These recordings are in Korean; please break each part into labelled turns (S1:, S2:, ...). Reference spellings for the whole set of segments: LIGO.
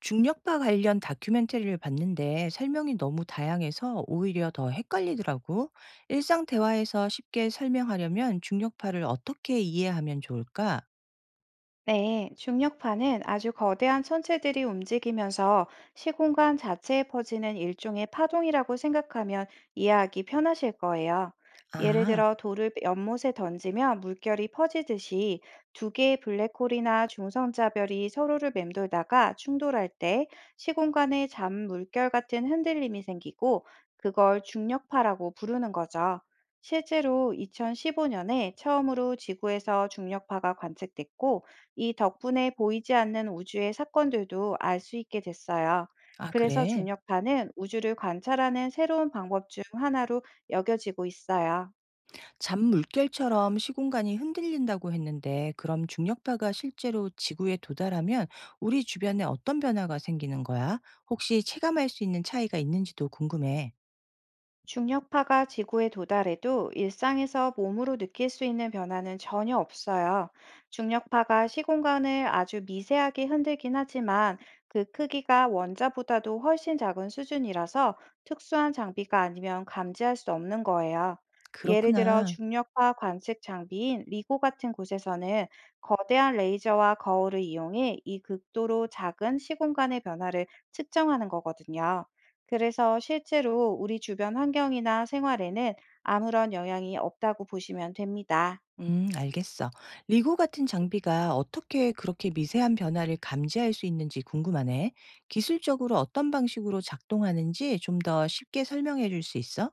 S1: 중력파 관련 다큐멘터리를 봤는데 설명이 너무 다양해서 오히려 더 헷갈리더라고. 일상 대화에서 쉽게 설명하려면 중력파를 어떻게 이해하면 좋을까?
S2: 네, 중력파는 아주 거대한 천체들이 움직이면서 시공간 자체에 퍼지는 일종의 파동이라고 생각하면 이해하기 편하실 거예요. 예를
S1: 아,
S2: 들어 돌을 연못에 던지면 물결이 퍼지듯이 두 개의 블랙홀이나 중성자별이 서로를 맴돌다가 충돌할 때 시공간에 잠 물결 같은 흔들림이 생기고 그걸 중력파라고 부르는 거죠. 실제로 2015년에 처음으로 지구에서 중력파가 관측됐고, 이 덕분에 보이지 않는 우주의 사건들도 알 수 있게 됐어요.
S1: 아,
S2: 그래서
S1: 그래.
S2: 중력파는 우주를 관찰하는 새로운 방법 중 하나로 여겨지고 있어요.
S1: 잠 물결처럼 시공간이 흔들린다고 했는데, 그럼 중력파가 실제로 지구에 도달하면 우리 주변에 어떤 변화가 생기는 거야? 혹시 체감할 수 있는 차이가 있는지도 궁금해.
S2: 중력파가 지구에 도달해도 일상에서 몸으로 느낄 수 있는 변화는 전혀 없어요. 중력파가 시공간을 아주 미세하게 흔들긴 하지만, 그 크기가 원자보다도 훨씬 작은 수준이라서 특수한 장비가 아니면 감지할 수 없는 거예요. 예를 들어
S1: 그렇구나.
S2: 중력파 관측 장비인 리고 같은 곳에서는 거대한 레이저와 거울을 이용해 이 극도로 작은 시공간의 변화를 측정하는 거거든요. 그래서 실제로 우리 주변 환경이나 생활에는 아무런 영향이 없다고 보시면 됩니다.
S1: 알겠어. 리고 같은 장비가 어떻게 그렇게 미세한 변화를 감지할 수 있는지 궁금하네. 기술적으로 어떤 방식으로 작동하는지 좀 더 쉽게 설명해 줄 수 있어?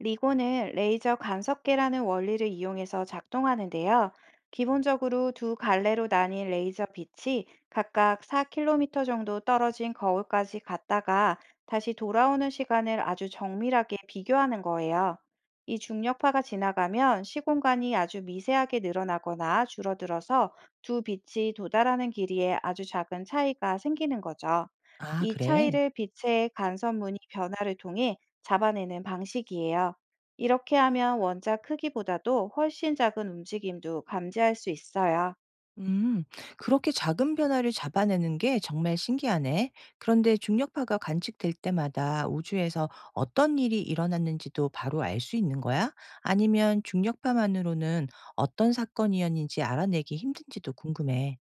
S2: 리곤은 레이저 간섭계라는 원리를 이용해서 작동하는데요. 기본적으로 두 갈래로 나뉜 레이저 빛이 각각 4 km 정도 떨어진 거울까지 갔다가 다시 돌아오는 시간을 아주 정밀하게 비교하는 거예요. 이 중력파가 지나가면 시공간이 아주 미세하게 늘어나거나 줄어들어서 두 빛이 도달하는 길이에 아주 작은 차이가 생기는 거죠.
S1: 아,
S2: 이
S1: 그래.
S2: 차이를 빛의 간섭 무늬 변화를 통해 잡아내는 방식이에요. 이렇게 하면 원자 크기보다도 훨씬 작은 움직임도 감지할 수 있어요.
S1: 음, 그렇게 작은 변화를 잡아내는 게 정말 신기하네. 그런데 중력파가 관측될 때마다 우주에서 어떤 일이 일어났는지도 바로 알 수 있는 거야? 아니면 중력파만으로는 어떤 사건이었는지 알아내기 힘든지도 궁금해.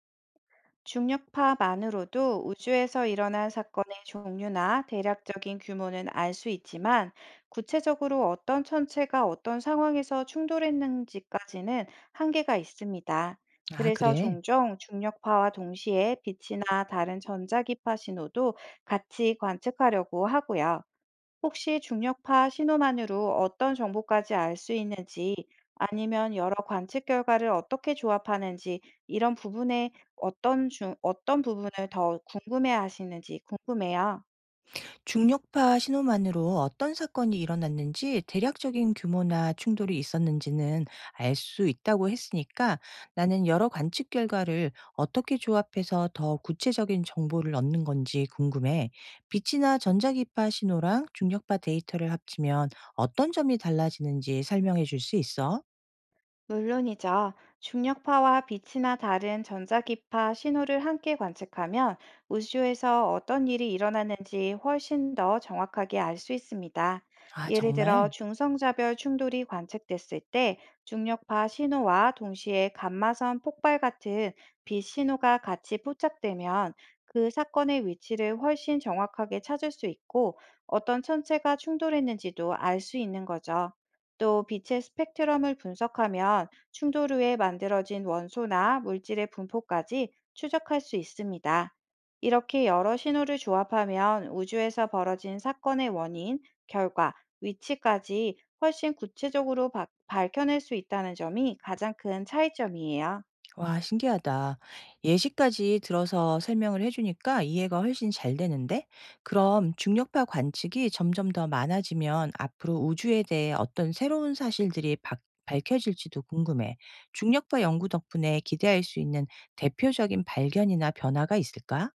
S2: 중력파만으로도 우주에서 일어난 사건의 종류나 대략적인 규모는 알 수 있지만, 구체적으로 어떤 천체가 어떤 상황에서 충돌했는지까지는 한계가 있습니다.
S1: 아,
S2: 그래서
S1: 그래.
S2: 종종 중력파와 동시에 빛이나 다른 전자기파 신호도 같이 관측하려고 하고요. 혹시 중력파 신호만으로 어떤 정보까지 알 수 있는지, 아니면 여러 관측 결과를 어떻게 조합하는지, 이런 부분에 어떤 부분을 더 궁금해 하시는지 궁금해요.
S1: 중력파 신호만으로 어떤 사건이 일어났는지 대략적인 규모나 충돌이 있었는지는 알 수 있다고 했으니까 나는 여러 관측 결과를 어떻게 조합해서 더 구체적인 정보를 얻는 건지 궁금해. 빛이나 전자기파 신호랑 중력파 데이터를 합치면 어떤 점이 달라지는지 설명해 줄 수 있어?
S2: 물론이죠. 중력파와 빛이나 다른 전자기파 신호를 함께 관측하면 우주에서 어떤 일이 일어나는지 훨씬 더 정확하게 알 수 있습니다.
S1: 아,
S2: 예를 들어
S1: 정말?
S2: 중성자별 충돌이 관측됐을 때 중력파 신호와 동시에 감마선 폭발 같은 빛 신호가 같이 포착되면 그 사건의 위치를 훨씬 정확하게 찾을 수 있고, 어떤 천체가 충돌했는지도 알 수 있는 거죠. 또 빛의 스펙트럼을 분석하면 충돌 후에 만들어진 원소나 물질의 분포까지 추적할 수 있습니다. 이렇게 여러 신호를 조합하면 우주에서 벌어진 사건의 원인, 결과, 위치까지 훨씬 구체적으로 밝혀낼 수 있다는 점이 가장 큰 차이점이에요.
S1: 와, 신기하다. 예시까지 들어서 설명을 해주니까 이해가 훨씬 잘 되는데? 그럼 중력파 관측이 점점 더 많아지면 앞으로 우주에 대해 어떤 새로운 사실들이 밝혀질지도 궁금해. 중력파 연구 덕분에 기대할 수 있는 대표적인 발견이나 변화가 있을까?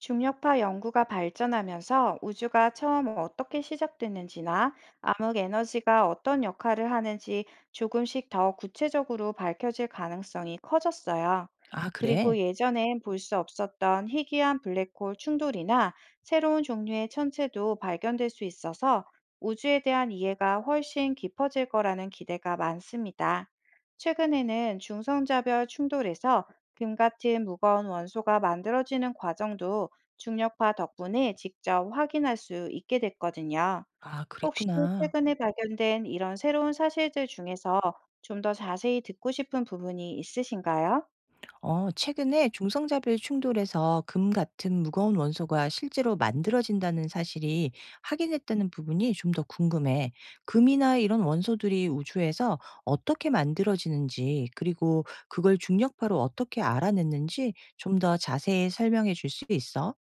S2: 중력파 연구가 발전하면서 우주가 처음 어떻게 시작됐는지나 암흑 에너지가 어떤 역할을 하는지 조금씩 더 구체적으로 밝혀질 가능성이 커졌어요.
S1: 아,
S2: 그리고
S1: 그래.
S2: 예전엔 볼 수 없었던 희귀한 블랙홀 충돌이나 새로운 종류의 천체도 발견될 수 있어서 우주에 대한 이해가 훨씬 깊어질 거라는 기대가 많습니다. 최근에는 중성자별 충돌에서 금 같은 무거운 원소가 만들어지는 과정도 중력파 덕분에 직접 확인할 수 있게 됐거든요.
S1: 아,
S2: 혹시
S1: 그랬구나.
S2: 최근에 발견된 이런 새로운 사실들 중에서 좀 더 자세히 듣고 싶은 부분이 있으신가요?
S1: 어, 최근에 중성자별 충돌에서 금 같은 무거운 원소가 실제로 만들어진다는 사실이 확인됐다는 부분이 좀 더 궁금해. 금이나 이런 원소들이 우주에서 어떻게 만들어지는지, 그리고 그걸 중력파로 어떻게 알아냈는지 좀 더 자세히 설명해 줄 수 있어?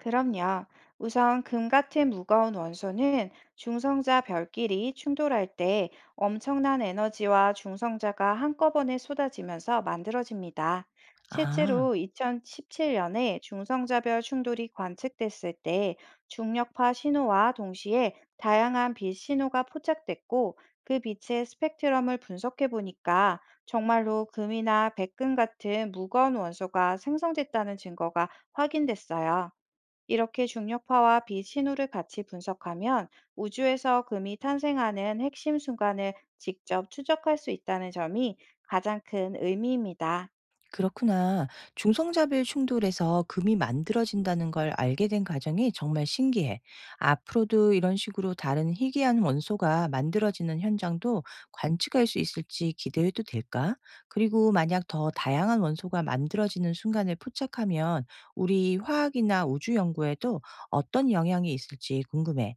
S2: 그럼요. 우선 금 같은 무거운 원소는 중성자 별끼리 충돌할 때 엄청난 에너지와 중성자가 한꺼번에 쏟아지면서 만들어집니다.
S1: 아.
S2: 실제로 2017년에 중성자별 충돌이 관측됐을 때 중력파 신호와 동시에 다양한 빛 신호가 포착됐고, 그 빛의 스펙트럼을 분석해 보니까 정말로 금이나 백금 같은 무거운 원소가 생성됐다는 증거가 확인됐어요. 이렇게 중력파와 빛 신호를 같이 분석하면 우주에서 금이 탄생하는 핵심 순간을 직접 추적할 수 있다는 점이 가장 큰 의미입니다.
S1: 그렇구나. 중성자별 충돌에서 금이 만들어진다는 걸 알게 된 과정이 정말 신기해. 앞으로도 이런 식으로 다른 희귀한 원소가 만들어지는 현장도 관측할 수 있을지 기대해도 될까? 그리고 만약 더 다양한 원소가 만들어지는 순간을 포착하면 우리 화학이나 우주 연구에도 어떤 영향이 있을지 궁금해.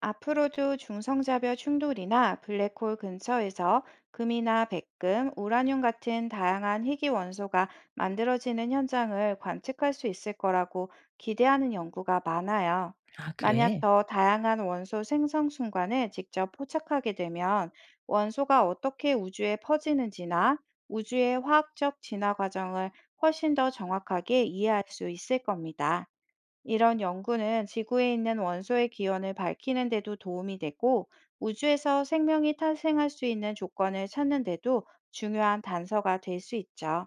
S2: 앞으로도 중성자별 충돌이나 블랙홀 근처에서 금이나 백금, 우라늄 같은 다양한 희귀 원소가 만들어지는 현장을 관측할 수 있을 거라고 기대하는 연구가 많아요.
S1: 아,
S2: 만약
S1: 그래?
S2: 더 다양한 원소 생성 순간을 직접 포착하게 되면 원소가 어떻게 우주에 퍼지는지나 우주의 화학적 진화 과정을 훨씬 더 정확하게 이해할 수 있을 겁니다. 이런 연구는 지구에 있는 원소의 기원을 밝히는 데도 도움이 되고, 우주에서 생명이 탄생할 수 있는 조건을 찾는 데도 중요한 단서가 될 수 있죠.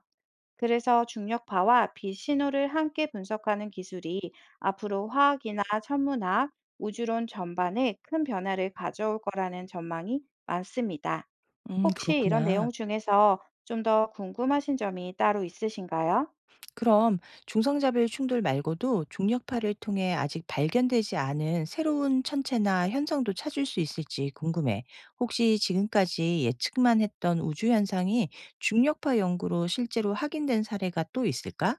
S2: 그래서 중력파와 빛신호를 함께 분석하는 기술이 앞으로 화학이나 천문학, 우주론 전반에 큰 변화를 가져올 거라는 전망이 많습니다. 혹시 이런
S1: 그렇구나.
S2: 내용 중에서 좀 더 궁금하신 점이 따로 있으신가요?
S1: 그럼 중성자별 충돌 말고도 중력파를 통해 아직 발견되지 않은 새로운 천체나 현상도 찾을 수 있을지 궁금해. 혹시 지금까지 예측만 했던 우주 현상이 중력파 연구로 실제로 확인된 사례가 또 있을까?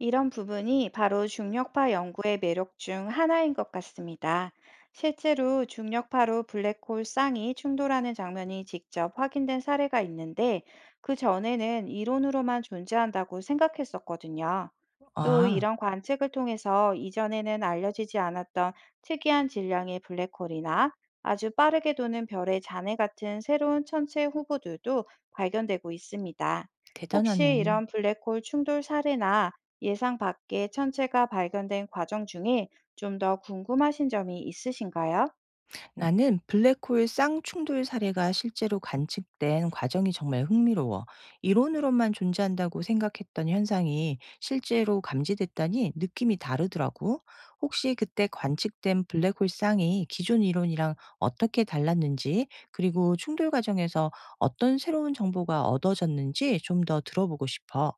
S2: 이런 부분이 바로 중력파 연구의 매력 중 하나인 것 같습니다. 실제로 중력파로 블랙홀 쌍이 충돌하는 장면이 직접 확인된 사례가 있는데, 그 전에는 이론으로만 존재한다고 생각했었거든요. 또
S1: 아,
S2: 이런 관측을 통해서 이전에는 알려지지 않았던 특이한 질량의 블랙홀이나 아주 빠르게 도는 별의 잔해 같은 새로운 천체 후보들도 발견되고 있습니다. 혹시
S1: 대단하네.
S2: 이런 블랙홀 충돌 사례나 예상 밖의 천체가 발견된 과정 중에 좀 더 궁금하신 점이 있으신가요?
S1: 나는 블랙홀 쌍충돌 사례가 실제로 관측된 과정이 정말 흥미로워. 이론으로만 존재한다고 생각했던 현상이 실제로 감지됐다니 느낌이 다르더라고. 혹시 그때 관측된 블랙홀 쌍이 기존 이론이랑 어떻게 달랐는지, 그리고 충돌 과정에서 어떤 새로운 정보가 얻어졌는지 좀 더 들어보고 싶어.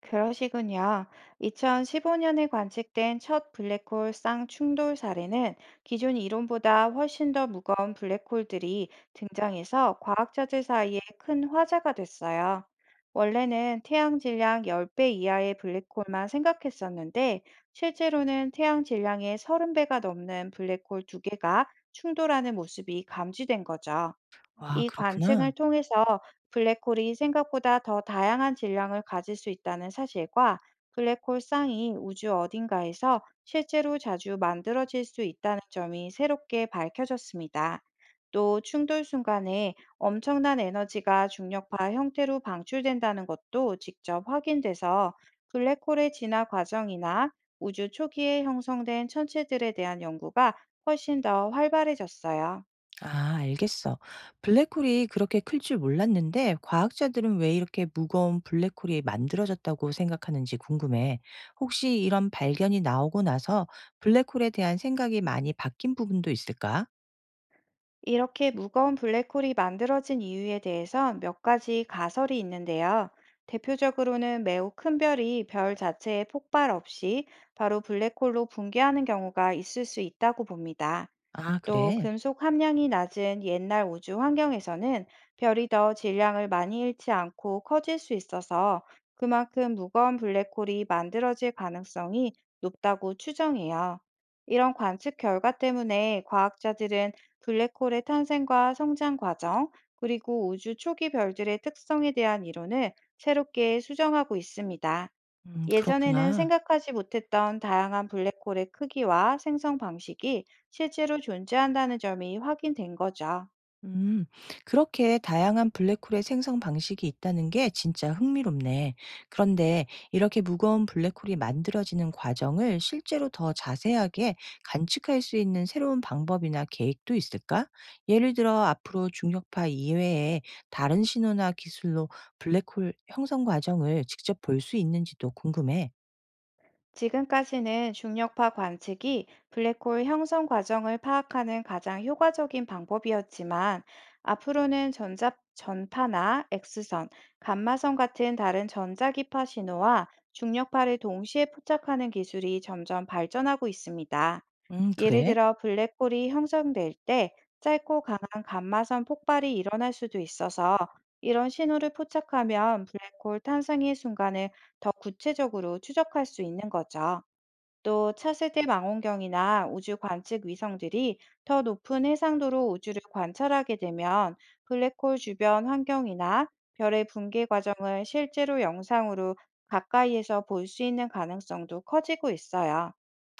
S2: 그러시군요. 2015년에 관측된 첫 블랙홀 쌍 충돌 사례는 기존 이론보다 훨씬 더 무거운 블랙홀들이 등장해서 과학자들 사이에 큰 화제가 됐어요. 원래는 태양 질량 10배 이하의 블랙홀만 생각했었는데, 실제로는 태양 질량의 30배가 넘는 블랙홀 두 개가 충돌하는 모습이 감지된 거죠.
S1: 와,
S2: 이 관측을
S1: 그렇구나.
S2: 통해서 블랙홀이 생각보다 더 다양한 질량을 가질 수 있다는 사실과 블랙홀 쌍이 우주 어딘가에서 실제로 자주 만들어질 수 있다는 점이 새롭게 밝혀졌습니다. 또 충돌 순간에 엄청난 에너지가 중력파 형태로 방출된다는 것도 직접 확인돼서 블랙홀의 진화 과정이나 우주 초기에 형성된 천체들에 대한 연구가 훨씬 더 활발해졌어요.
S1: 아, 알겠어. 블랙홀이 그렇게 클 줄 몰랐는데 과학자들은 왜 이렇게 무거운 블랙홀이 만들어졌다고 생각하는지 궁금해. 혹시 이런 발견이 나오고 나서 블랙홀에 대한 생각이 많이 바뀐 부분도 있을까?
S2: 이렇게 무거운 블랙홀이 만들어진 이유에 대해선 몇 가지 가설이 있는데요. 대표적으로는 매우 큰 별이 별 자체에 폭발 없이 바로 블랙홀로 붕괴하는 경우가 있을 수 있다고 봅니다.
S1: 아,
S2: 또
S1: 그래.
S2: 금속 함량이 낮은 옛날 우주 환경에서는 별이 더 질량을 많이 잃지 않고 커질 수 있어서 그만큼 무거운 블랙홀이 만들어질 가능성이 높다고 추정해요. 이런 관측 결과 때문에 과학자들은 블랙홀의 탄생과 성장 과정, 그리고 우주 초기 별들의 특성에 대한 이론을 새롭게 수정하고 있습니다. 예전에는
S1: 그렇구나.
S2: 생각하지 못했던 다양한 블랙홀의 크기와 생성 방식이 실제로 존재한다는 점이 확인된 거죠.
S1: 음, 그렇게 다양한 블랙홀의 생성 방식이 있다는 게 진짜 흥미롭네. 그런데 이렇게 무거운 블랙홀이 만들어지는 과정을 실제로 더 자세하게 관측할 수 있는 새로운 방법이나 계획도 있을까? 예를 들어 앞으로 중력파 이외에 다른 신호나 기술로 블랙홀 형성 과정을 직접 볼 수 있는지도 궁금해.
S2: 지금까지는 중력파 관측이 블랙홀 형성 과정을 파악하는 가장 효과적인 방법이었지만, 앞으로는 전파나 X선, 감마선 같은 다른 전자기파 신호와 중력파를 동시에 포착하는 기술이 점점 발전하고 있습니다. 예를
S1: 그래?
S2: 들어 블랙홀이 형성될 때 짧고 강한 감마선 폭발이 일어날 수도 있어서 이런 신호를 포착하면 블랙홀 탄생의 순간을 더 구체적으로 추적할 수 있는 거죠. 또 차세대 망원경이나 우주 관측 위성들이 더 높은 해상도로 우주를 관찰하게 되면 블랙홀 주변 환경이나 별의 붕괴 과정을 실제로 영상으로 가까이에서 볼 수 있는 가능성도 커지고 있어요.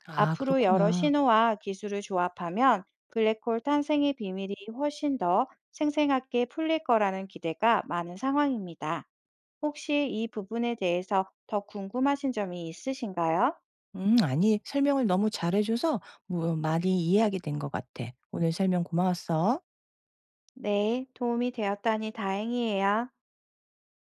S1: 아,
S2: 앞으로 여러
S1: 그렇구나.
S2: 신호와 기술을 조합하면 블랙홀 탄생의 비밀이 훨씬 더 생생하게 풀릴 거라는 기대가 많은 상황입니다. 혹시 이 부분에 대해서 더 궁금하신 점이 있으신가요?
S1: 음, 아니, 설명을 너무 잘해 줘서 뭐 많이 이해하게 된 것 같아. 오늘 설명 고마웠어.
S2: 네, 도움이 되었다니 다행이에요.